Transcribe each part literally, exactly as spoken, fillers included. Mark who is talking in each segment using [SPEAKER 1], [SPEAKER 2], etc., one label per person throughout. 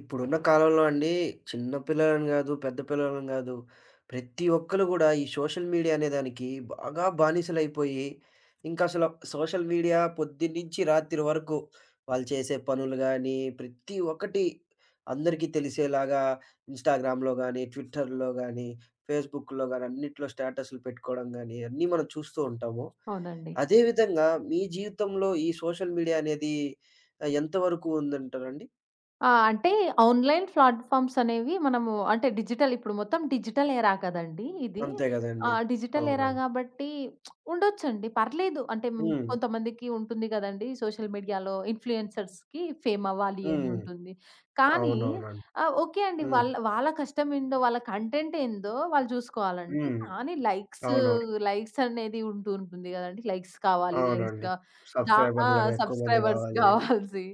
[SPEAKER 1] ఇప్పుడున్న కాలంలో అండి, చిన్న పిల్లలని గాదు, పెద్ద పిల్లలని గాదు, ప్రతి ఒక్కళ్ళు గూడా ఈ సోషల్ మీడియా అనే దానికి బాగా బానిసలైపోయి, ఇంకసల సోషల్ మీడియా పొద్దున్నుంచి రాత్రి వరకు వాళ్ళు చేసే పనులు గానీ, ప్రతి ఒక్కటి అందరికీ తెలిసేలాగా ఇన్‌స్టాగ్రామ్‌లో గానీ, ట్విట్టర్‌లో గానీ, ఫేస్‌బుక్‌లో గానీ, అన్నిట్లో స్టేటస్‌లు పెట్టుకోవడం గానీ, అన్నీ మనం చూస్తూ ఉంటాము.
[SPEAKER 2] అవునండి.
[SPEAKER 1] అదే విధంగా మీ జీవితంలో ఈ సోషల్ మీడియా అనేది ఆహ్, ఎంతవరకు ఉందంటారండి?
[SPEAKER 2] ఆ! అంటే ఆన్‌లైన్ ప్లాట్‌ఫార్మ్స్ అనేవి మనము అంటే డిజిటల్ ఇప్పుడు మొత్తం డిజిటల్ ఎరా కదండీ ఇది.
[SPEAKER 1] అంతే
[SPEAKER 2] ఆ!
[SPEAKER 1] గదండీ!
[SPEAKER 2] డిజిటల్ ఎరా
[SPEAKER 1] అవునండి.
[SPEAKER 2] కాబట్టి ఉండొచ్చండి. పర్లేదు. అంటే హ్మ్,
[SPEAKER 1] హ్మ్.
[SPEAKER 2] కొంతమందికి ఉంటుంది కదండీ సోషల్ మీడియాలో ఇన్‌ఫ్లుయెన్సర్స్‌కి ఫేమ్ అవ్వాలి అని
[SPEAKER 1] హ్మ్.
[SPEAKER 2] ఉంటుంది. కానీ
[SPEAKER 1] అవునవునండి.
[SPEAKER 2] ఆహ్, ఓకే అండి.
[SPEAKER 1] హ్మ్.
[SPEAKER 2] వాళ్ళ వాళ్ళ కష్టం ఏందో, వాళ్ళ కంటెంట్ ఏందో వాళ్ళు చూసుకోవాలండి.
[SPEAKER 1] హ్మ్.
[SPEAKER 2] కానీ లైక్స్,
[SPEAKER 1] అవునవును.
[SPEAKER 2] లైక్స్ అనేది ఉంటూ ఉంటుంది కదండీ. లైక్స్ కావాలి.
[SPEAKER 1] అవునండి.
[SPEAKER 2] లైక్స్‌గా దా ఆ!
[SPEAKER 1] సబ్‌స్క్రైబర్‌లు ఎక్కువ మంది
[SPEAKER 2] సబ్‌స్క్రైబర్స్
[SPEAKER 1] గావాలి.
[SPEAKER 2] కావాల్సి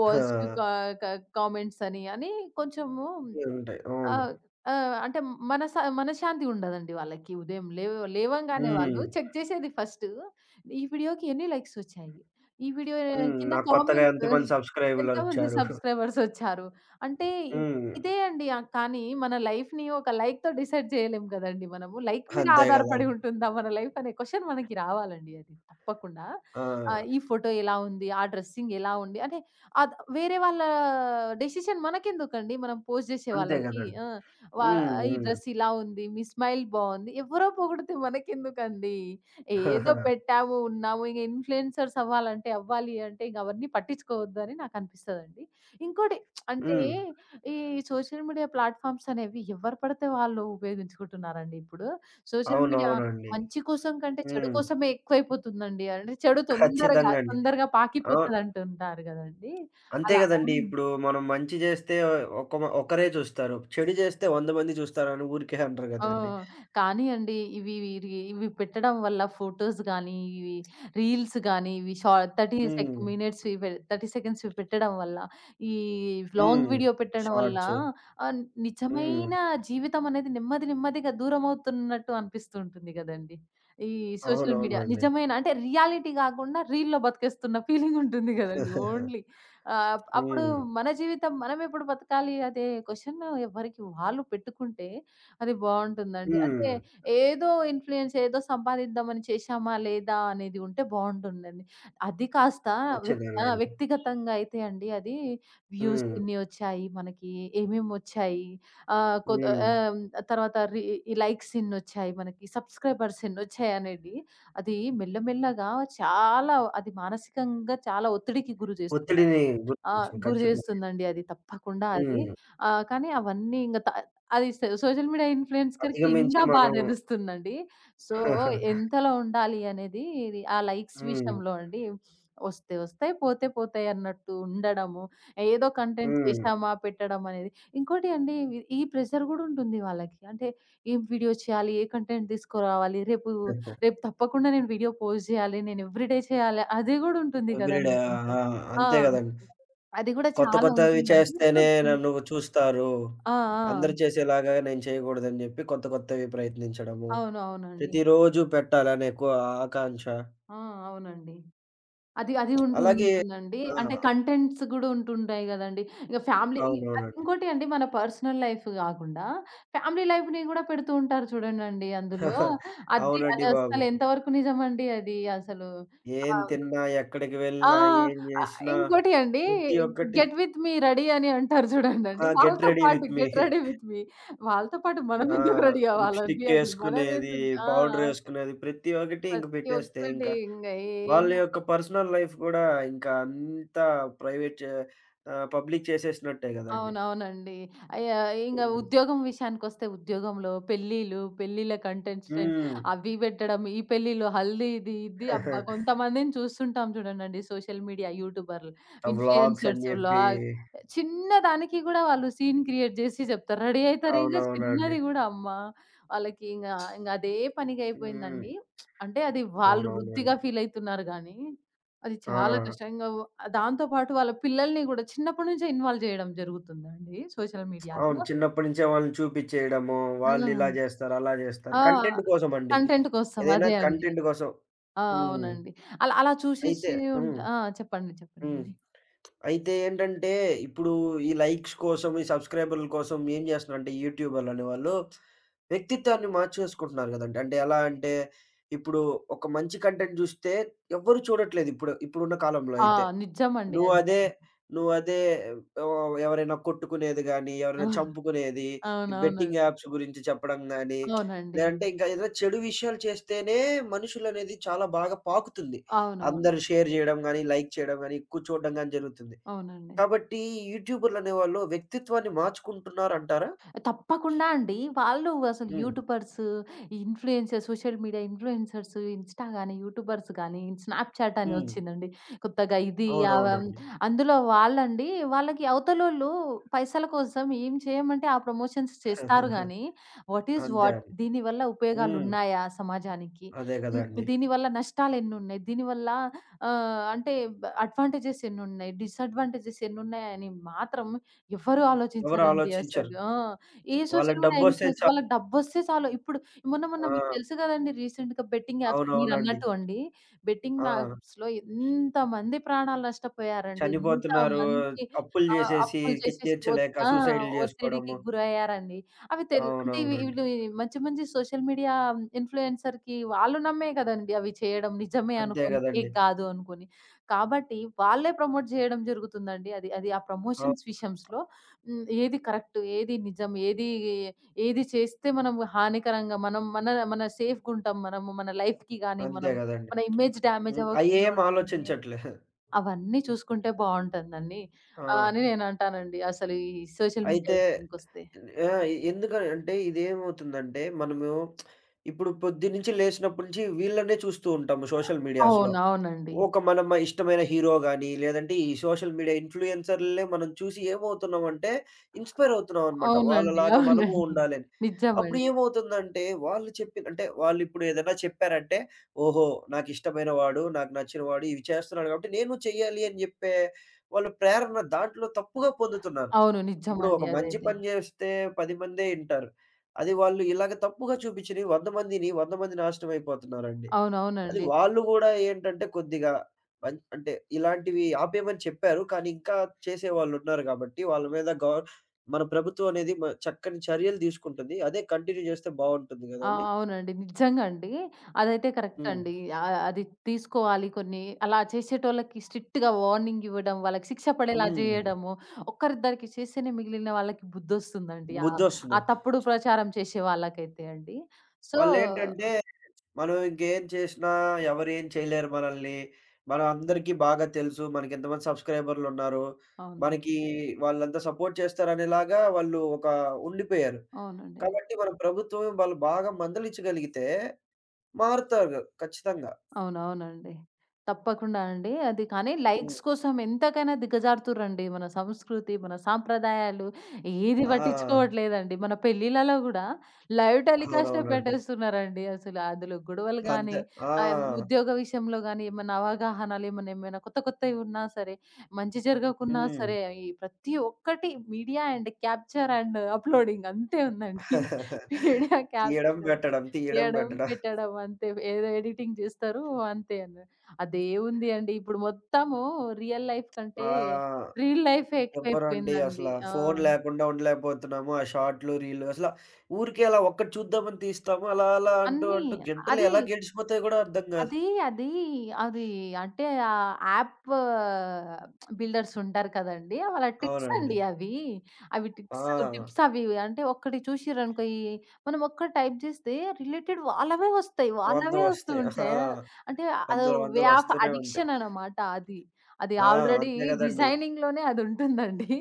[SPEAKER 2] పాజిటివ్
[SPEAKER 1] ఆ!
[SPEAKER 2] కా క కామెంట్స్ అని, అని కొంచెము
[SPEAKER 1] ఇవుంటాయి. అవును.
[SPEAKER 2] ఆహ్, ఆహ్, అంటే మన స మనశ్శాంతి ఉండదండి వాళ్ళకి. ఉదయం లేవ లేవంగానే వాళ్ళు
[SPEAKER 1] హ్మ్.
[SPEAKER 2] చెక్ చేసేది ఫస్టు. ఈ వీడియోకి ఎన్ని లైక్స్ వచ్చాయి? ఈ వీడియో
[SPEAKER 1] హ్మ్.
[SPEAKER 2] కింద
[SPEAKER 1] నాకు కొత్తగా
[SPEAKER 2] కామెంట్స్
[SPEAKER 1] ఎంతమంది
[SPEAKER 2] ఎంతమంది
[SPEAKER 1] సబ్‌స్క్రైబర్‌లొచ్చారు.
[SPEAKER 2] సబ్‌స్క్రైబర్స్ వచ్చారు? అంటే ఇ-
[SPEAKER 1] హ్మ్.
[SPEAKER 2] ఇదే అండి. ఆహ్, కానీ మన లైఫ్‌ని ఒక లైక్‌తో డిసైడ్ చేయలేం కదండీ మనము. లైక్ మీద
[SPEAKER 1] అంతే గదండీ!
[SPEAKER 2] ఆధారపడి ఉంటుందా మన లైఫ్ అనే క్వెషన్ మనకి రావాలండి అది తప్పకుండా.
[SPEAKER 1] ఆ!
[SPEAKER 2] ఆహ్, ఈ ఫోటో ఎలా ఉంది? ఆ డ్రెస్సింగ్ ఎలా ఉంది? అంటే అద్ వేరే వాళ్ళ డెసిషన్ మనకెందుకండి. మనం పోస్ట్ జేసే
[SPEAKER 1] అంతే
[SPEAKER 2] వాళ్ళకి.
[SPEAKER 1] గదండీ!
[SPEAKER 2] ఆ! వా
[SPEAKER 1] హ్మ్.
[SPEAKER 2] ఈ
[SPEAKER 1] హ్మ్.
[SPEAKER 2] డ్రెస్ ఇలా ఉంది. మీ స్మైల్ బావుంది. ఎవరో పొగిడితే మనకెందుకండి. ఏదో పెట్టాము, ఉన్నాము. ఇంగ ఇన్‌ఫ్లుయెన్సర్స్ అవ్వాలంటే అవ్వాలి అంటే ఇంక అవన్నీ పట్టించుకోవద్దని నాకనిపిస్తదండి. ఇంకోటి అంటే
[SPEAKER 1] హ్మ్.
[SPEAKER 2] ఈ సోషల్ మీడియా ప్లాట్‌ఫార్మ్స్ అనేవి ఎవరు పడితే వాళ్ళు ఉపయోగించుకుంటున్నారండి ఇప్పుడు. సోషల్ మీడియా
[SPEAKER 1] అవునవునండి.
[SPEAKER 2] మంచి కోసం కంటే చెడు
[SPEAKER 1] హ్మ్.
[SPEAKER 2] కోసమే ఎక్కువైపోతుందండి. అంటే చెడు తొందరగా,
[SPEAKER 1] ఖచ్చితంగా అండి.
[SPEAKER 2] తొందరగా
[SPEAKER 1] అవు
[SPEAKER 2] పాకిపోతదంటుంటారు గదండీ!
[SPEAKER 1] అంతే
[SPEAKER 2] అలా.
[SPEAKER 1] గదండీ!
[SPEAKER 2] హ్మ్.
[SPEAKER 1] ఇప్పుడు మనం మంచి జేస్తే ఒక మ ఒకరే చూస్తారు. చెడు జేస్తే వంద మంది చూస్తారని ఊరికే అనరు
[SPEAKER 2] ఆ!
[SPEAKER 1] గదండీ!
[SPEAKER 2] కానీ అండి, ఇవి రి ఇవి పెట్టడం వల్ల ఫోటోస్ గానీ, ఇవి రీల్స్ గానీ, ఇవి షా 30 సెక్
[SPEAKER 1] హ్మ్.
[SPEAKER 2] మినిట్స్‌వి పె ముప్పై సెకండ్స్‌వి పెట్టడం వల్ల, ఈ లాంగ్
[SPEAKER 1] హ్మ్.
[SPEAKER 2] వీడియో పెట్టడం వల్ల
[SPEAKER 1] షార్ట్స్.
[SPEAKER 2] ఆహ్,
[SPEAKER 1] హ్మ్.
[SPEAKER 2] నిజమైన జీవితం అనేది నెమ్మది నెమ్మదిగా దూరమవుతున్నట్టు అనిపిస్తూ ఉంటుంది గదండీ! ఈ సోషల్ మీడియా.
[SPEAKER 1] అవునవునండి.
[SPEAKER 2] నిజమైన అంటే రియాలిటీ గాకుండా రీల్‌లో బతికేస్తున్న ఫీలింగ్ ఉంటుంది గదండీ ఓన్లీ. ఆహ్, అప్పుడు
[SPEAKER 1] హ్మ్.
[SPEAKER 2] మన జీవితం మనమెప్పుడు బతకాలి అదే క్వెషన్ ఎవరికి వాళ్ళు పెట్టుకుంటే అది బావుంటుందండి. అంటే
[SPEAKER 1] హ్మ్.
[SPEAKER 2] ఏదో ఇన్‌ఫ్లూయెన్స్ ఏదో సంపాదిద్దామని చేశామా లేదా అనేది ఉంటే బావుంటుందండి. అది కాస్త వ్యక్
[SPEAKER 1] ఖచ్చితంగా
[SPEAKER 2] ఆ!
[SPEAKER 1] అండి.
[SPEAKER 2] వ్యక్తిగతంగా అయితే అండి అది వ్యూస్
[SPEAKER 1] హ్మ్.
[SPEAKER 2] ఇన్ని వచ్చాయి మనకి, ఏమేమొచ్చాయి, ఆహ్, కొద్
[SPEAKER 1] హ్మ్.
[SPEAKER 2] ఆహ్, తర్వాత రీ ఈ లైక్స్ ఇన్నొచ్చాయి మనకి, సబ్స్క్రైబర్స్ ఇన్నొచ్చాయనేది అది మెల్లమెల్లగా చాలా అది మానసికంగా చాలా ఒత్తిడికి గురి చేస్తుంది.
[SPEAKER 1] ఒత్తిడిని
[SPEAKER 2] ఆ!
[SPEAKER 1] గుర్తించం.
[SPEAKER 2] గురి
[SPEAKER 1] ఖచ్చితంగా.
[SPEAKER 2] చేస్తుందండి అది తప్పకుండా అది.
[SPEAKER 1] హ్మ్.
[SPEAKER 2] ఆహ్, కానీ అవన్నీ ఇంగ త అది స సోషల్ మీడియా ఇన్‌ఫ్లుయెన్సర్‌కి
[SPEAKER 1] అధిగమించి
[SPEAKER 2] ఇంకా బా
[SPEAKER 1] మనం.
[SPEAKER 2] తెలుస్తుందండి. సో, ఎంతలో ఉండాలి అనేది ఇది ఆ లైక్స్
[SPEAKER 1] హ్మ్.
[SPEAKER 2] విషయంలో అండి. వస్తే వస్తాయి, పోతే పోతాయి అన్నట్టు ఉండడము. ఏదో కంటెంట్
[SPEAKER 1] హ్మ్.
[SPEAKER 2] చేశామా, పెట్టడం అనేది. ఇంకోటి అండి ఇ ఈ ప్రెషర్ కూడా ఉంటుంది వాళ్ళకి. అంటే ఏం వీడియో చేయాలి, ఏ కంటెంట్ తీసుకురావాలి, రేపు
[SPEAKER 1] ఎవ్రీడే.
[SPEAKER 2] రేపు తప్పకుండా నేను వీడియో పోస్ట్ చేయాలి, నేను ఎవ్రీడే చేయాలి అది కూడా ఉంటుంది
[SPEAKER 1] ఆ!
[SPEAKER 2] కదండీ కొంచెం.
[SPEAKER 1] ఆ!
[SPEAKER 2] ఆ!
[SPEAKER 1] అంతే గదండీ!
[SPEAKER 2] అది గూడా
[SPEAKER 1] కొత్త
[SPEAKER 2] చాలా
[SPEAKER 1] కొత్తవి
[SPEAKER 2] ఉంటుందండి. సో
[SPEAKER 1] చేస్తేనే నన్ను చూస్తారు.
[SPEAKER 2] ఆ! ఆ!
[SPEAKER 1] అందరూ చేసేలాగా నేను చేయకూడదని జెప్పి కొత్త కొత్తవి ప్రయత్నించడము.
[SPEAKER 2] అవును. అవునండి.
[SPEAKER 1] ప్రతిరోజు పెట్టాలని ఎక్కువ ఆకాంక్ష.
[SPEAKER 2] ఆ! అవునండి. అది అది
[SPEAKER 1] అలాగే
[SPEAKER 2] ఉంటుంటుందండి.
[SPEAKER 1] ఆ!
[SPEAKER 2] అంటే కంటెంట్స్ గూడా ఉంటుంటాయి గదండీ. ఇగ ఫ్యామిలీ ఇ అది
[SPEAKER 1] అవునవునండి.
[SPEAKER 2] ఇంకోటి అండి మన పర్సనల్ లైఫ్ గాకుండా ఫ్యామిలీ లైఫ్‌ని గూడా పెడుతూ ఉంటారు చూడండండి అందులో. అది
[SPEAKER 1] అవునండి
[SPEAKER 2] అది
[SPEAKER 1] బాబు.
[SPEAKER 2] అస్సలు ఎంతవరకు నిజమండి అది అసలు. ఆ!
[SPEAKER 1] ఏం తిన్నా, ఎక్కడికి
[SPEAKER 2] ఆ!
[SPEAKER 1] వెళ్ళినా, ఏం
[SPEAKER 2] ఆహ్,
[SPEAKER 1] జేసినా
[SPEAKER 2] ఇంకోటి అండి,
[SPEAKER 1] ప్రతి ఒక్కటి
[SPEAKER 2] 'గెట్ విత్ మీ రెడీ' అని అంటారు
[SPEAKER 1] ఆ!
[SPEAKER 2] చూడండండి.
[SPEAKER 1] గెట్
[SPEAKER 2] వాళ్ళతో
[SPEAKER 1] రెడీ
[SPEAKER 2] పాటు
[SPEAKER 1] with me.
[SPEAKER 2] 'Get ready with me' వాళ్ళతో పాటు మనం
[SPEAKER 1] ఆ!
[SPEAKER 2] ఎందుకు రెడీ అవ్వాలండి
[SPEAKER 1] లిప్‌స్టిక్
[SPEAKER 2] అది
[SPEAKER 1] యేసుకునేది,
[SPEAKER 2] మనమెందుకు ఆ!
[SPEAKER 1] పౌడరేసుకునేది ప్రతి ఒక్కటి ఇంక
[SPEAKER 2] ప్రతి
[SPEAKER 1] పెట్టేస్తే ఇంక
[SPEAKER 2] ఒక్కటి ఇంగ
[SPEAKER 1] వాళ్ళ
[SPEAKER 2] ఏమో
[SPEAKER 1] యొక్క పర్సనల్ లైఫ్ గూడా ఇంకా అంతా ప్రైవేట్ చే ఆహ్, పబ్లిక్ చేసేసినట్టే గదండీ.
[SPEAKER 2] అవునవునండి. అయ్యాయ్ ఇంగ
[SPEAKER 1] హ్మ్.
[SPEAKER 2] ఉద్యోగం విషయానికొస్తే ఉద్యోగంలో పెళ్ళిళ్ళు, పెళ్ళిళ్ళ కంటెస్టెంట్
[SPEAKER 1] హ్మ్.
[SPEAKER 2] అవి పెట్టడం, ఈ పెళ్ళిలో హల్దీ ఇది, ఇది అబ్బా! కొంతమందిని చూస్తుంటాం చూడండండి సోషల్ మీడియా యూట్యూబర్లు,
[SPEAKER 1] ఆ వ్లాగ్స్ అని
[SPEAKER 2] ఇన్‌ఫ్లుయెన్సర్స్ లా
[SPEAKER 1] జెప్పి.
[SPEAKER 2] చిన్న దానికి గూడా వాళ్ళు సీన్ క్రియేట్ జేసి జెప్తారు. రెడీ అయితారింగ
[SPEAKER 1] అవునవునండి.
[SPEAKER 2] చిన్నది గూడా అమ్మా! వాళ్ళకి ఇంగ ఇంగ అదే
[SPEAKER 1] హ్మ్.
[SPEAKER 2] పనిగయిపోయిందండి. అంటే అది వాళ్ళు వృత్తిగా
[SPEAKER 1] అవునవునండి.
[SPEAKER 2] ఫీలయితున్నారు గానీ అది చాలా
[SPEAKER 1] ఆ!
[SPEAKER 2] కష్టంగా వ దాంతో పాటు వాళ్ళ పిల్లల్ని గూడా చిన్నప్పటి నుంచే ఇన్వాల్వ్ జేయడం జరుగుతుందండి సోషల్
[SPEAKER 1] అవును.
[SPEAKER 2] మీడియాలో.
[SPEAKER 1] చిన్నప్పటి నుంచే వాళ్ళని చూపిచ్చేయడము.
[SPEAKER 2] ఆ!
[SPEAKER 1] వాళ్ళిలా జేస్తారు, అలా జేస్తారు.
[SPEAKER 2] ఆ!
[SPEAKER 1] కంటెంట్ కోసమండి.
[SPEAKER 2] కంటెంట్ కోసం
[SPEAKER 1] ఏదైనా
[SPEAKER 2] అదే అండి.
[SPEAKER 1] కంటెంట్ కోసం.
[SPEAKER 2] ఆ!
[SPEAKER 1] హ్మ్.
[SPEAKER 2] అవునండి. అలా అలా
[SPEAKER 1] అయితే.
[SPEAKER 2] చూసేసి
[SPEAKER 1] హ్మ్.
[SPEAKER 2] ఉంటా ఆ! చెప్పండి.
[SPEAKER 1] హ్మ్.
[SPEAKER 2] చెప్పండి.
[SPEAKER 1] అయితే ఏంటంటే, ఇప్పుడు ఈ లైక్స్ కోసం, ఈ సబ్‌స్క్రైబర్‌ల కోసం ఏం జేస్తున్నారంటే యూట్యూబర్‌లు అనేవాళ్ళు వ్యక్తిత్వాన్ని మార్చేసుకుంటున్నారు గదండీ! అంటే ఎలా అంటే, ఇప్పుడు ఒక మంచి కంటెంట్ జూస్తే ఎవ్వరు చూడట్లేదు ఇప్పుడు. ఇప్పుడున్న కాలంలో
[SPEAKER 2] ఆ!
[SPEAKER 1] అయితే.
[SPEAKER 2] నిజమండి అది.
[SPEAKER 1] నువ్వదే నువ్వదే ఆహ్, ఎవరైనా కొట్టుకునేది గానీ, ఎవరైనా చంపుకునేది, ఈ
[SPEAKER 2] అవునవును.
[SPEAKER 1] బెట్టింగ్ యాప్స్ గురించి చెప్పడం గానీ,
[SPEAKER 2] అవునండి.
[SPEAKER 1] లేదంటే ఇంకా ఏదైనా చెడు విషయాలు చేస్తేనే మనుషులనేది చాలా బాగా పాకుతుంది.
[SPEAKER 2] అవునవును.
[SPEAKER 1] అందరూ షేర్ జేయడం గానీ, లైక్ చేయడం గానీ, ఎక్కువ చూడడం గానీ జరుగుతుంది.
[SPEAKER 2] అవునండి.
[SPEAKER 1] కాబట్టి యూట్యూబర్‌లనేవాళ్ళు వ్యక్తిత్వాన్ని మార్చుకుంటున్నారంటారా?
[SPEAKER 2] తప్పకుండా అండి. వాళ్ళు అసలు
[SPEAKER 1] హ్మ్.
[SPEAKER 2] YouTubers, influencers, social media influencers, Insta గాని, యూట్యూబర్స్ గాని, స్నాప్‌చాట్ అని
[SPEAKER 1] హ్మ్.
[SPEAKER 2] వచ్చిందండి. కొత్తగా ఇది ఆహ్, హ్మ్,
[SPEAKER 1] అవునవునండి.
[SPEAKER 2] అందులో వాళ్ళండి వాళ్ళకి అవతలోళ్ళు పైసల కోసం ఏం చేయమంటే ఆ ప్రమోషన్స్ చేస్తారు గానీ, వాట్ ఈస్
[SPEAKER 1] అంతే
[SPEAKER 2] వాట్?
[SPEAKER 1] అండి.
[SPEAKER 2] దీనివల్ల
[SPEAKER 1] హ్మ్.
[SPEAKER 2] ఉపయోగాలున్నాయా సమాజానికి?
[SPEAKER 1] అదే
[SPEAKER 2] హ్మ్.
[SPEAKER 1] గదండీ.
[SPEAKER 2] దీనివల్ల నష్టాలెన్నున్నాయి? దీనివల్ల ఆహ్, అంటే అడ్వాంటేజెస్ ఎన్నున్నాయి? డిసడ్వాంటేజెస్ ఎన్నున్నాయని మాత్రం ఎవ్వరు
[SPEAKER 1] ఎవరు
[SPEAKER 2] ఆలోచించరండి
[SPEAKER 1] ఆలోచించరు.
[SPEAKER 2] అసలు. ఆ! ఏ
[SPEAKER 1] వాళ్ళకి
[SPEAKER 2] సోషల్ మీడియా
[SPEAKER 1] డబ్బొస్తే
[SPEAKER 2] ఇన్‌ఫ్లుయెన్స్
[SPEAKER 1] చాలు.
[SPEAKER 2] వాళ్ళకి డబ్బొస్తే చాలు. ఇప్పుడు మొన్న మొన్న
[SPEAKER 1] ఆ!
[SPEAKER 2] మీకు తెలుసు గదండీ! రీసెంట్‌గా బెట్టింగ్ యాప్స్
[SPEAKER 1] అవునవునండి.
[SPEAKER 2] మీరన్నట్టు అండి. బెట్టింగ్
[SPEAKER 1] ఆ!
[SPEAKER 2] యాప్స్‌లో ఎంతమంది ప్రాణాలు నష్టపోయారండి.
[SPEAKER 1] చనిపోతున్నారు.
[SPEAKER 2] ఎంతమంది
[SPEAKER 1] అప్పులు
[SPEAKER 2] ఆహ్,
[SPEAKER 1] జేసేసి
[SPEAKER 2] అప్పులు
[SPEAKER 1] కి
[SPEAKER 2] చేసేసి ఒత్
[SPEAKER 1] తీర్చలేక
[SPEAKER 2] ఆ!
[SPEAKER 1] సూసైడ్‌లు
[SPEAKER 2] ఒత్తిడికి
[SPEAKER 1] జేసుకోవడము.
[SPEAKER 2] గురయ్యారండి. అవి తెల్ అంటే ఇవి
[SPEAKER 1] అవునవునండి.
[SPEAKER 2] వీళ్ళు మంచి మంచి సోషల్ మీడియా ఇన్‌ఫ్లుయెన్సర్‌కి వాళ్ళు నమ్మే కదండీ! అవి చేయడం నిజమే
[SPEAKER 1] అంతే
[SPEAKER 2] అనుకోని,
[SPEAKER 1] గదండీ.
[SPEAKER 2] ఫేక్ గాదు అనుకోని. కాబట్టి వాళ్ళే ప్రమోట్ జేయడం జరుగుతుందండి. అది అది ఆ
[SPEAKER 1] అవును.
[SPEAKER 2] ప్రమోషన్స్ విషయంస్‌లో హ్మ్. ఏది కరెక్ట్, ఏది నిజం, ఏది ఏది చేస్తే మనం హానికరంగా మనం మన మన సేఫ్‌గుంటాం మనము. మన లైఫ్‌కి గాని,
[SPEAKER 1] అంతే
[SPEAKER 2] మనం
[SPEAKER 1] గదండీ.
[SPEAKER 2] మన ఇమేజ్ డ్యామేజ్
[SPEAKER 1] హ్మ్.
[SPEAKER 2] అవ్వకుండా
[SPEAKER 1] అయ్యేం
[SPEAKER 2] ఉంటుంది.
[SPEAKER 1] ఆలోచించట్లే.
[SPEAKER 2] అవన్నీ చూసుకుంటే బావుంటుందండి.
[SPEAKER 1] ఆ!
[SPEAKER 2] ఆహ్, అని నేనంటానండి. అసలు ఈ సోషల్ మీడియా
[SPEAKER 1] అయితే.
[SPEAKER 2] విషయానికొస్తే.
[SPEAKER 1] ఆ! ఎందుకని అంటే ఇదేమవుతుందంటే మనము ఇప్పుడు పొద్దున్నుంచి లేసినప్పటి నుంచి వీళ్ళనే చూస్తూ ఉంటాము సోషల్ మీడియాస్‌లో.
[SPEAKER 2] అవును. అవునండి.
[SPEAKER 1] ఒక మనం ఇష్టమైన హీరో గాని, లేదంటే ఈ సోషల్ మీడియా ఇన్‌ఫ్లుయెన్సర్‌లనే మనం చూసి ఏమవుతున్నామంటే ఇన్‌స్పైర్ అవుతున్నామనమాట.
[SPEAKER 2] అవునండి.
[SPEAKER 1] వాళ్ళలాగా మనము
[SPEAKER 2] అవునండి.
[SPEAKER 1] ఉండాలని. అప్పుడు
[SPEAKER 2] నిజమండి.
[SPEAKER 1] ఏమవుతుందంటే వాళ్ళు చెప్పి అంటే వాళ్ళిప్పుడు ఏదైనా చెప్పారంటే, ఓహో! నాకిష్టమైన వాడు, నాకు నచ్చిన వాడు ఇవి చేస్తున్నాడు కాబట్టి నేను చెయ్యాలి అని చెప్పే వాళ్ళ ప్రేరణ దాంట్లో తప్పుగా పొందుతున్నారు.
[SPEAKER 2] అవును.
[SPEAKER 1] ఇప్పుడు
[SPEAKER 2] నిజమండి
[SPEAKER 1] ఒక మంచి
[SPEAKER 2] అదైతే.
[SPEAKER 1] పని జేస్తే పది మందే ఇంటారు. అది వాళ్ళు ఇలాగ తప్పుగా చూపించినయి వంద మందిని వంద మంది నాశనమైపోతున్నారండి. అది
[SPEAKER 2] అవునవునండి.
[SPEAKER 1] వాళ్ళు గూడా ఏంటంటే కొద్దిగా మం అంటే ఇలాంటివి ఆపేయమని చెప్పారు. కానీ ఇంకా చేసేవాళ్ళున్నారు గాబట్టి వాళ్ళ మీద గవర్ మన ప్రభుత్వం అనేది మ చక్కని చర్యలు తీసుకుంటుంది. అదే కంటిన్యూ జేస్తే బావుంటుంది
[SPEAKER 2] ఆ!
[SPEAKER 1] గదండీ!
[SPEAKER 2] అవునండి. నిజంగా అండి. అదైతే కరెక్ట్
[SPEAKER 1] హ్మ్.
[SPEAKER 2] అండి. ఆహ్, అది తీసుకోవాలి కొన్ని అలా చేసేటోళ్ళకి స్ట్రిక్ట్‌గా వార్నింగ్ ఇవ్వడం, వాళ్ళకి శిక్ష పడేలా
[SPEAKER 1] హ్మ్.
[SPEAKER 2] జేయడము. ఒక్కరిద్దరికి చేస్తేనే మిగిలిన వాళ్ళకి బుద్ధొస్తుందండి. ఆహ్,
[SPEAKER 1] బుద్ధొస్తుంది.
[SPEAKER 2] ఆ తప్పుడు ప్రచారం చేసే వాళ్ళకైతే అండి. సో
[SPEAKER 1] వాళ్ళేంటంటే మనం ఇంకేం చేసినా ఎవరేం చేయలేరు మనల్ని. మనం అందరికీ బాగా తెలుసు. మనకెంతమంది సబ్‌స్క్రైబర్‌లున్నారు.
[SPEAKER 2] అవునండి.
[SPEAKER 1] మనకి వాళ్ళంతా సపోర్ట్ చేస్తారనేలాగా వాళ్ళు ఒక ఉండిపోయారు.
[SPEAKER 2] అవునండి.
[SPEAKER 1] కాబట్టి మన ప్రభుత్వం వాళ్ళు బాగా మందలించగలిగితే మారుతారు ఖచ్చితంగా.
[SPEAKER 2] అవునవునండి. తప్పకుండా అండి. అది కానీ
[SPEAKER 1] హ్మ్.
[SPEAKER 2] లైక్స్ కోసం ఎంతకైనా దిగజారుతుర్రండి. మన సంస్కృతి, మన సాంప్రదాయాలు ఏది
[SPEAKER 1] ఆ!
[SPEAKER 2] పట్టించుకోవట్లేదండి. మన పెళ్ళిలలో గూడా లైవ్ టెలికాస్టే
[SPEAKER 1] అవునవునండి.
[SPEAKER 2] పెట్టేస్తున్నారండి అసలు. అందులో గొడవలు గానీ,
[SPEAKER 1] అంతే. ఆ!
[SPEAKER 2] ఆహ్, ఉద్యోగ విషయంలో గానీ, ఏమన్నా అవగాహనలు ఏమన్నా, ఏమైనా కొత్త కొత్తవి ఉన్నా సరే, మంచి జరగకున్నా
[SPEAKER 1] హ్మ్.
[SPEAKER 2] సరే, ఈ ప్రతి ఒక్కటి media and capture and uploading అంతే ఉందండి. మీడియా
[SPEAKER 1] తీయడం,
[SPEAKER 2] క్యాప్చర్.
[SPEAKER 1] పెట్టడం. తీయడం,
[SPEAKER 2] తీయడం,
[SPEAKER 1] పెట్టడం.
[SPEAKER 2] పెట్టడం అంతే. ఏదో ఎడిటింగ్ చేస్తారు అంతే అన్న. అదేముంది అండి ఇప్పుడు మొత్తము రియల్ లైఫ్ కంటే
[SPEAKER 1] ఆ!
[SPEAKER 2] రీల్ లైఫే
[SPEAKER 1] ఎవ్వరండి అసల.
[SPEAKER 2] ఎక్కువైపోయిందండి. ఆ!
[SPEAKER 1] ఫోను లేకుండా ఉండలేకపోతున్నాము. ఆ షార్ట్‌లు, రీల్‌లు అసల ఊరికే అలా ఒక్కటి చూద్దామని తీస్తాము. అలా అలా అంటూ
[SPEAKER 2] అన్నీ
[SPEAKER 1] అంటూ గంటలు
[SPEAKER 2] అదే
[SPEAKER 1] ఎలా గడిచిపోతాయో గూడా అర్థం గాదు.
[SPEAKER 2] అది, అది, అది అంటే ఆహ్, యాప్ బిల్డర్స్ ఉంటారు కదండీ! వాళ్ళ ట్రిక్స్
[SPEAKER 1] అవునండి.
[SPEAKER 2] అండి అవి. అవి ట్రిక్స్, టిప్స్
[SPEAKER 1] ఆ!
[SPEAKER 2] అవి అంటే ఒక్కటి చూసిర్రనుకో ఈ మనం ఒక్కటి టైప్ చేస్తే రిలేటెడ్ వాళ్ళవే వస్తాయి.
[SPEAKER 1] వంద
[SPEAKER 2] వాళ్ళవే వస్తూ
[SPEAKER 1] వస్తాయి. ఆ!
[SPEAKER 2] ఉంటాయి. ఆ! అంటే అదో
[SPEAKER 1] వందలు
[SPEAKER 2] వే
[SPEAKER 1] వందలు
[SPEAKER 2] ఆఫ్
[SPEAKER 1] వస్తూనే ఉంటాయి.
[SPEAKER 2] అడిక్షన్ అన్నమాట అది. అది
[SPEAKER 1] ఆ!
[SPEAKER 2] ఆల్రెడీ
[SPEAKER 1] అంతే గదండీ.
[SPEAKER 2] డిజైనింగ్‌లోనే అదుంటుందండి.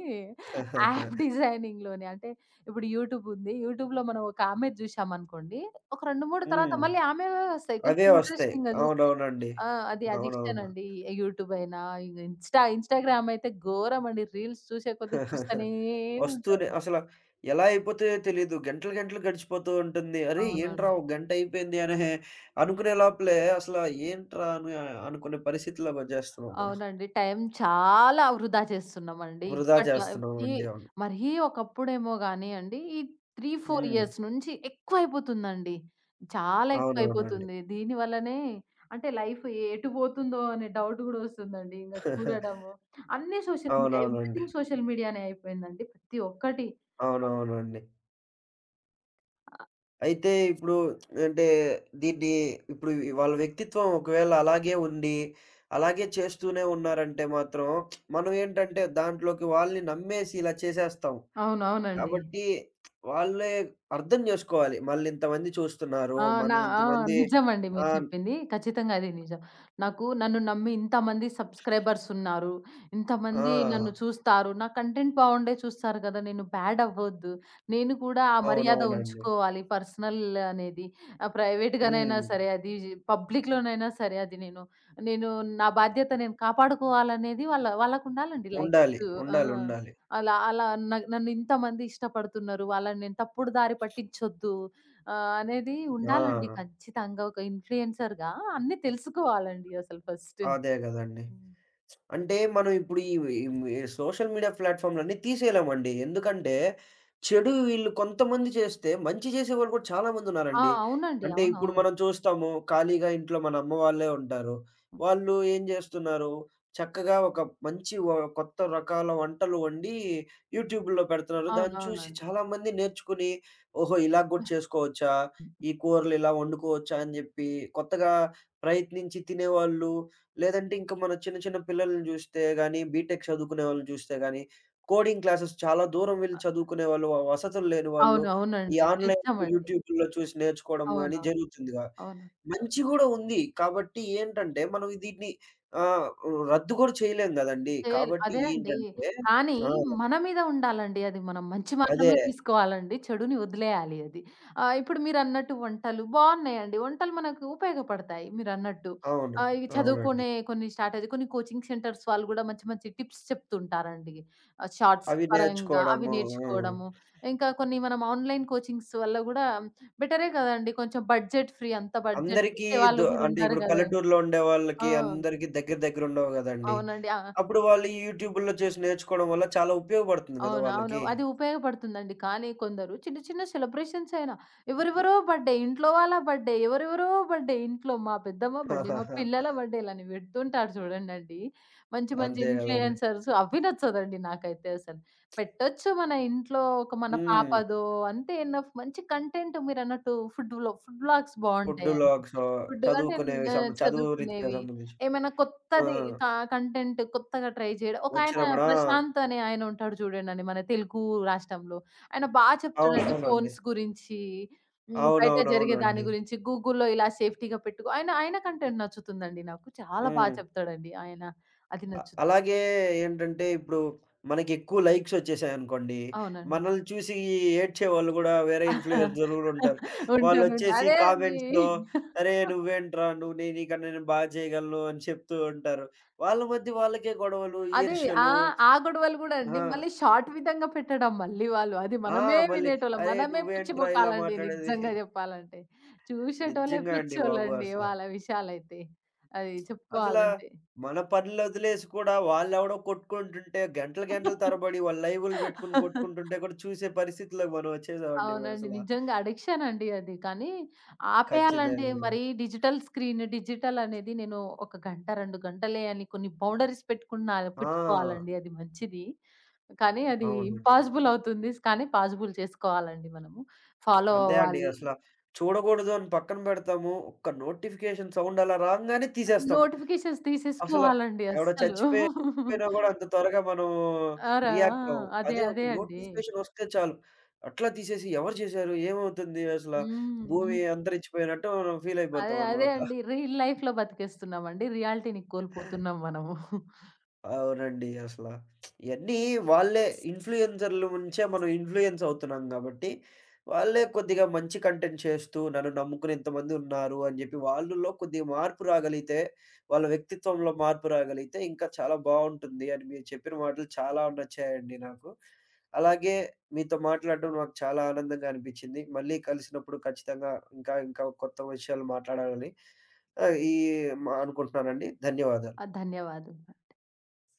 [SPEAKER 2] యాప్ డిజైనింగ్‌లోనే. అంటే ఇప్పుడు యూట్యూబ్ ఉంది. యూట్యూబ్‌లో మనం ఒక ఆమెది జూసామనుకోండి. ఒక రెండు, మూడు తర్వాత
[SPEAKER 1] హ్మ్.
[SPEAKER 2] మళ్ళీ ఆమెవే వస్తాయి.
[SPEAKER 1] అవే
[SPEAKER 2] కొంచెం
[SPEAKER 1] వస్తాయి.
[SPEAKER 2] ఇంట్రెస్టింగ్‌గా జూస్తే.
[SPEAKER 1] అవునవునండి.
[SPEAKER 2] ఆ! అది అడిక్షన్
[SPEAKER 1] అవునవును.
[SPEAKER 2] అండి. యూట్యూబ్ అయినా, ఇంగ ఇన్‌స్టా ఇన్‌స్టాగ్రామ్ అయితే ఘోరం అండి. రీల్స్ చూసే కొద్దీ చూస్తూనే
[SPEAKER 1] వస్తూనే
[SPEAKER 2] ఉంటారు.
[SPEAKER 1] అసల ఎలా అయిపోతాయో తెలీదు. గంటలు, గంటలు గడిచిపోతూ ఉంటుంది. అరే! ఏంట్రా
[SPEAKER 2] అవునండి.
[SPEAKER 1] ఒక గంట అయిపోయింది అనే అనుకునే లోపలే అసల ఏంట్రా అని అనుకునే పరిస్థితిలోకి వచ్చేస్తున్నాం మనం.
[SPEAKER 2] అవునండి. టైం చాలా వృధా చేస్తున్నామండి.
[SPEAKER 1] వృధా
[SPEAKER 2] ఇప్పట్లో ఈ
[SPEAKER 1] చేస్తున్నామండి. అవును.
[SPEAKER 2] మరీ ఒకప్పుడేమో గానియండి, ఈ మూడు, నాలుగు
[SPEAKER 1] హ్మ్.
[SPEAKER 2] ఇయర్స్ నుంచి ఎక్కువైపోతుందండి. చాలా
[SPEAKER 1] అవునవునండి.
[SPEAKER 2] ఎక్కువైపోతుంది. దీని వల్లనే అంటే లైఫ్ ఎటు పోతుందో అనే డౌట్ గూడా వస్తుందండి. ఇంగ చూడడము. అన్నీ సోషల్ మీడియా.
[SPEAKER 1] అవునవునండి.
[SPEAKER 2] ఎవ్రీథింగ్ సోషల్ మీడియానే అయిపోయిందండి. ప్రతి ఒక్కటి.
[SPEAKER 1] అవునవునండి. అయితే ఇప్పుడు అంటే దీన్ని ఇప్పుడు వాళ్ళ వ్యక్తిత్వం ఒకవేళ అలాగే ఉండి, అలాగే చేస్తూనే ఉన్నారంటే మాత్రం మనం ఏంటంటే దాంట్లోకి వాళ్ళని నమ్మేసి ఇలా చేసేస్తాం.
[SPEAKER 2] అవునవునండి.
[SPEAKER 1] కాబట్టి వాళ్ళే అర్థం జేసుకోవాలి. మనల్నింతమంది చూస్తున్నారు.
[SPEAKER 2] ఆ! నా ఆ!
[SPEAKER 1] మనల్నింతమంది.
[SPEAKER 2] నిజమండి మీరు
[SPEAKER 1] ఆహ్,
[SPEAKER 2] చెప్పింది. ఖచ్చితంగా అది నిజం. నాకు నన్ను నమ్మి ఇంతమంది సబ్‌స్క్రైబర్స్ ఉన్నారు.
[SPEAKER 1] ఆ!
[SPEAKER 2] ఇంతమంది నన్ను చూస్తారు. నా కంటెంట్ బావుండే చూస్తారు కదా! నేను బ్యాడ్ అవ్వొద్దు. నేను కూడా ఆ
[SPEAKER 1] ఆ,
[SPEAKER 2] మర్యాద
[SPEAKER 1] అవునవునండి.
[SPEAKER 2] ఉంచుకోవాలి పర్సనల్ అనేది. ఆహ్, ప్రైవేట్‌గానైనా
[SPEAKER 1] హ్మ్.
[SPEAKER 2] సరే అది పబ్లిక్‌లోనైనా సరే అది నేను, నేను నా బాధ్యత నేను కాపాడుకోవాలనేది వాళ్ళ వాళ్ళకుండాలండి లైక్స్.
[SPEAKER 1] ఉండాలి.
[SPEAKER 2] ఆ!
[SPEAKER 1] ఉండాలి. ఉండాలి.
[SPEAKER 2] అలా అలా న నన్ను ఇంతమంది ఇష్టపడుతున్నారు. వాళ్ళని నేను తప్పుడు దారి పట్టించొద్దు. ఆహ్, అనేది
[SPEAKER 1] ఆ!
[SPEAKER 2] ఉండాలండి ఖచ్చితంగా. ఒక ఇన్‌ఫ్లుయెన్సర్‌గా అన్నీ తెలుసుకోవాలండి అసలు ఫస్ట్.
[SPEAKER 1] అదే గదండీ.
[SPEAKER 2] హ్మ్.
[SPEAKER 1] అంటే మనం ఇప్పుడు ఈ ఈ సోషల్ మీడియా ప్లాట్‌ఫామ్‌లన్నీ తీసేయలేమండి. ఎందుకంటే, చెడు వీళ్ళు కొంతమంది చేస్తే, మంచి చేసేవాళ్ళు కూడా చాలా
[SPEAKER 2] ఆ!
[SPEAKER 1] మందున్నారండి.
[SPEAKER 2] అవునండి.
[SPEAKER 1] అంటే ఇప్పుడు
[SPEAKER 2] అవునవును.
[SPEAKER 1] మనం చూస్తాము, ఖాళీగా ఇంట్లో మన అమ్మ వాళ్ళే ఉంటారు.
[SPEAKER 2] హ్మ్.
[SPEAKER 1] వాళ్ళు ఏం జేస్తున్నారు, చక్కగా ఒక మంచి వ కొత్త రకాల వంటలు వండి యూట్యూబ్‌లో పెడుతున్నారు. దాన్ని చూసి
[SPEAKER 2] అవునవునండి.
[SPEAKER 1] చాలామంది నేర్చుకుని, ఓహో! ఇలా గూడా చేసుకోవచ్చా? ఈ కూరలు ఇలా వండుకోవచ్చా? అని జెప్పి కొత్తగా ప్రయత్నించి తినేవాళ్ళు, లేదంటే ఇంకా మన చిన్న చిన్న పిల్లల్ని జూస్తే గాని, బీటెక్ చదువుకునే వాళ్ళని జూస్తే గాని, కోడింగ్ క్లాసెస్ చాలా దూరం వెళ్లి చదువుకునే వాళ్ళు, వ వసతులు లేని వాళ్ళు, ఈ
[SPEAKER 2] అవునవునండి.
[SPEAKER 1] ఆన్‌లైన్
[SPEAKER 2] నిజమండి.
[SPEAKER 1] యూట్యూబ్‌లో చూసి నేర్చుకోవడం గాని
[SPEAKER 2] అవునవును.
[SPEAKER 1] జరుగుతుందిగా.
[SPEAKER 2] అవును.
[SPEAKER 1] మంచి గూడా ఉంది. కాబట్టి ఏంటంటే, మనం దీన్ని ఆహ్, రద్దు గూడా చేయలేం గదండీ!
[SPEAKER 2] చేయాలి.
[SPEAKER 1] కాబట్టి
[SPEAKER 2] అదేనండి.
[SPEAKER 1] ఏంటంటే
[SPEAKER 2] కానీ
[SPEAKER 1] ఆ!
[SPEAKER 2] మన మీద ఉండాలండి అది. మనం మంచి
[SPEAKER 1] అదే.
[SPEAKER 2] మాత్రమే తీసుకోవాలండి. చెడుని వదిలేయాలి అది. ఆహ్, ఇప్పుడు మీరన్నట్టు వంటలు బావున్నాయండి. వంటలు మనకు ఉపయోగపడతాయి మీరన్నట్టు.
[SPEAKER 1] అవును.
[SPEAKER 2] ఆహ్, ఇవి
[SPEAKER 1] అవునండి.
[SPEAKER 2] చదువుకునే కొన్ని స్ట్రాటజీ కొన్ని కోచింగ్ సెంటర్స్ వాళ్ళు గూడా మంచి మంచి టిప్స్ చెప్తుంటారండి. ఆహ్, షార్ట్స్
[SPEAKER 1] అవి
[SPEAKER 2] పరంగా అవి
[SPEAKER 1] నేర్చుకోవడము. ఆ!
[SPEAKER 2] నేర్చుకోవడము. ఇంకా కొన్ని మనం ఆన్‌లైన్ కోచింగ్స్ వల్ల గూడా బెటరే కదండీ. కొంచెం బడ్జెట్ ఫ్రీ అంత బడ్జెట్
[SPEAKER 1] అందరికీ
[SPEAKER 2] పెట్టే వాళ్ళు
[SPEAKER 1] దొ
[SPEAKER 2] గూడా
[SPEAKER 1] అంటే
[SPEAKER 2] ఉండరు
[SPEAKER 1] ఇప్పుడు
[SPEAKER 2] గదండీ.
[SPEAKER 1] పల్లెటూరులో ఉండే
[SPEAKER 2] ఆ!
[SPEAKER 1] వాళ్ళకి అందరికీ దగ్గర దగ్గర ఉండవు గదండీ!
[SPEAKER 2] అవునండి. ఆ!
[SPEAKER 1] అప్పుడు వాళ్ళు ఈ యూట్యూబుల్లో చూసి నేర్చుకోవడం వల్ల చాలా ఉపయోగపడుతుంది గదా!
[SPEAKER 2] అవును. అవును.
[SPEAKER 1] వాళ్ళకి.
[SPEAKER 2] అది ఉపయోగపడుతుందండి. కానీ కొందరు చిన్న చిన్న సెలబ్రేషన్స్ అయినా ఎవరెవరో బర్త్‌డే, ఇంట్లో వాళ్ళ బర్త్‌డే, ఎవరెవరో బర్త్‌డే ఇంట్లో మా పెద్దమ్మ బర్త్‌డే, మా పిల్లల బర్త్‌డేలని పెడుతుంటారు చూడండండి. మంచి మంచి
[SPEAKER 1] అంతే గదండీ!
[SPEAKER 2] ఇన్‌ఫ్లుయెన్సర్స్ అవి నచ్చదండి నాకైతే అసలు. పెట్టొచ్చు మన ఇంట్లో ఒక మన
[SPEAKER 1] హ్మ్.
[SPEAKER 2] పాపదో అంతే ఎనఫ్ మంచి కంటెంట్ మీరన్నట్టు ఫుడ్ వ్లా ఫుడ్ వ్లాగ్స్
[SPEAKER 1] ఫుడ్
[SPEAKER 2] బావుంటాయండి.
[SPEAKER 1] వ్లాగ్సో.
[SPEAKER 2] ఫుడ్ అంటే
[SPEAKER 1] చదువుకునేవి సం
[SPEAKER 2] ఆహ్,
[SPEAKER 1] చదువు రీత్యా
[SPEAKER 2] చదువుకునేవి.
[SPEAKER 1] సంబంధించి.
[SPEAKER 2] ఏమైనా
[SPEAKER 1] ఆ!
[SPEAKER 2] కొత్తది క కంటెంట్ కొత్తగా ట్రై చేయడం. ఒకాయన
[SPEAKER 1] వచ్చినప్పుడు ఆ!
[SPEAKER 2] ప్రశాంత్ అనే ఆయన ఉంటాడు చూడండండి మన తెలుగు రాష్ట్రంలో. ఆయన బా చెప్తాడండి
[SPEAKER 1] అవునవునండి.
[SPEAKER 2] ఫోన్స్ గురించి, హ్మ్. బయట జరిగే దాని
[SPEAKER 1] అవునవునవునండి.
[SPEAKER 2] గురించి, గూగుల్‌లో ఇలా సేఫ్టీగా పెట్టుకో ఆయన ఆయన కంటెంట్ నచ్చుతుందండి నాకు. చాలా బా
[SPEAKER 1] హ్మ్.
[SPEAKER 2] చెప్తాడండి ఆయన. అది
[SPEAKER 1] అ
[SPEAKER 2] నచ్చుతుంది.
[SPEAKER 1] అలాగే ఏంటంటే, ఇప్పుడు మనకెక్కువ లైక్స్ ఒచ్చేసాయనుకోండి,
[SPEAKER 2] అవునండి.
[SPEAKER 1] మనల్ని చూసి ఏడ్చేవాళ్ళు గూడా వేరే ఇన్‌ఫ్లుయెన్సర్‌లు గూడుంటారు.
[SPEAKER 2] ఉంటారు. ఉంటారు.
[SPEAKER 1] వాళ్ళొచ్చేసి
[SPEAKER 2] అదే అండి.
[SPEAKER 1] కామెంట్స్‌లో, "అరే! నువ్వేంట్రా? నువ్వు నే నీకన్నా నేను బా చేయగలను" అని చెప్తూ ఉంటారు. వాళ్ళ మధ్య వాళ్ళకే గొడవలు,
[SPEAKER 2] అది ఆ!
[SPEAKER 1] ఈర్ష్యలు.
[SPEAKER 2] ఆ గొడవలు గూడా అండి.
[SPEAKER 1] ఆ!
[SPEAKER 2] మళ్ళీ షార్ట్ విధంగా పెట్టడం మళ్ళీ వాళ్ళు. అది
[SPEAKER 1] ఆ!
[SPEAKER 2] మనమే
[SPEAKER 1] మళ్ళీ,
[SPEAKER 2] వినేటోళ్ళం.
[SPEAKER 1] "అరే!
[SPEAKER 2] మనమే పిచ్చి
[SPEAKER 1] నువ్వేంట్రా ఇలా
[SPEAKER 2] మొఖాలండి
[SPEAKER 1] మాట్లాడేది?"
[SPEAKER 2] నిజంగా జెప్పాలంటే. చూసేటోళ్ళే
[SPEAKER 1] నిజంగా అండి బాబు
[SPEAKER 2] పిచ్చోళ్ళండి
[SPEAKER 1] అసల.
[SPEAKER 2] వాళ్ళ విషయాలైతే. అది
[SPEAKER 1] అసలా
[SPEAKER 2] చెప్పుకోవాలంటే.
[SPEAKER 1] మన పనులొదిలేసి కూడా వాళ్ళెవడో కొట్టుకుంటుంటే గంటలు గంటల తరబడి వాళ్ళు లైవ్‌లు పెట్టుకొని కొట్టుకుంటుంటే కూడా చూసే పరిస్థితిలోకి మనం వచ్చేసామండి
[SPEAKER 2] అవునండి.
[SPEAKER 1] అసల.
[SPEAKER 2] నిజంగా అడిక్షన్ అండి అది. కానీ ఆపేయాలండి.
[SPEAKER 1] ఖచ్చితంగా.
[SPEAKER 2] మరి డిజిటల్ స్క్రీన్, డిజిటల్ అనేది నేను ఒక గంట, రెండు గంటలే అని కొన్ని బౌండరీస్ పెట్టుకున్నా
[SPEAKER 1] ఆ!
[SPEAKER 2] పెట్టుకోవాలండి. అది మంచిది. కానీ అది
[SPEAKER 1] అవునండి.
[SPEAKER 2] ఇంపాసిబుల్ అవుతుంది. కానీ పాజిబుల్ చేసుకోవాలండి మనము. ఫాలో
[SPEAKER 1] అంతే అండి
[SPEAKER 2] అవ్వాలి.
[SPEAKER 1] అసల. చూడకూడదు అని పక్కన పెడతాము. ఒక్క నోటిఫికేషన్ సౌండ్ అలా రాంగానే తీసేస్తాం.
[SPEAKER 2] నోటిఫికేషన్స్
[SPEAKER 1] అసల
[SPEAKER 2] తీసేసుకోవాలండి
[SPEAKER 1] ఎవడో
[SPEAKER 2] అస్సలు.
[SPEAKER 1] చచ్చిపోయి చచ్చిపోయినా గూడా అంత త్వరగా మనం
[SPEAKER 2] అరా! ఆ!
[SPEAKER 1] రియాక్ట్ అవ్వం.
[SPEAKER 2] అదే
[SPEAKER 1] అదే
[SPEAKER 2] అదే
[SPEAKER 1] ఒక
[SPEAKER 2] అండి.
[SPEAKER 1] నోటిఫికేషన్ వస్తే చాలు. అట్లా తీసేసి ఎవరు చేశారు? ఏమవుతుంది? అసల
[SPEAKER 2] హ్మ్.
[SPEAKER 1] భూమి
[SPEAKER 2] హ్మ్.
[SPEAKER 1] అంతరించిపోయినట్టు మనం ఫీల్
[SPEAKER 2] అదే అదే
[SPEAKER 1] అయిపోతామనమాట.
[SPEAKER 2] అండి. రీల్ లైఫ్‌లో బతికేస్తున్నామండి. రియాలిటీని కోల్పోతున్నాం మనము.
[SPEAKER 1] అవునండి. అసల ఇయన్నీ వాళ్ళే ఇన్‌ఫ్లుయెన్సర్‌ల నుంచే మనం ఇన్‌ఫ్లుయెన్స్ అవుతున్నాం గాబట్టి, వాళ్ళే కొద్దిగా మంచి కంటెంట్ చేస్తూ నన్ను నమ్ముకుని ఇంతమందున్నారు అని జెప్పి వాళ్ళలో కొద్దిగా మార్పు రాగలిగితే, వాళ్ళ వ్యక్తిత్వంలో మార్పు రాగలిగితే ఇంకా చాలా బావుంటుంది అని మీరు చెప్పిన మాటలు చాలా నచ్చాయండి నాకు. అలాగే మీతో మాట్లాడడం నాకు చాలా ఆనందంగా అనిపిచ్చింది. మళ్ళీ కలిసినప్పుడు ఖచ్చితంగా ఇంకా ఇంకా కొత్త విషయాలు మాట్లాడాలని ఆహ్, ఈ మ అనుకుంటున్నానండి. ధన్యవాదాలు.
[SPEAKER 2] ఆ, ధన్యవాదాలు.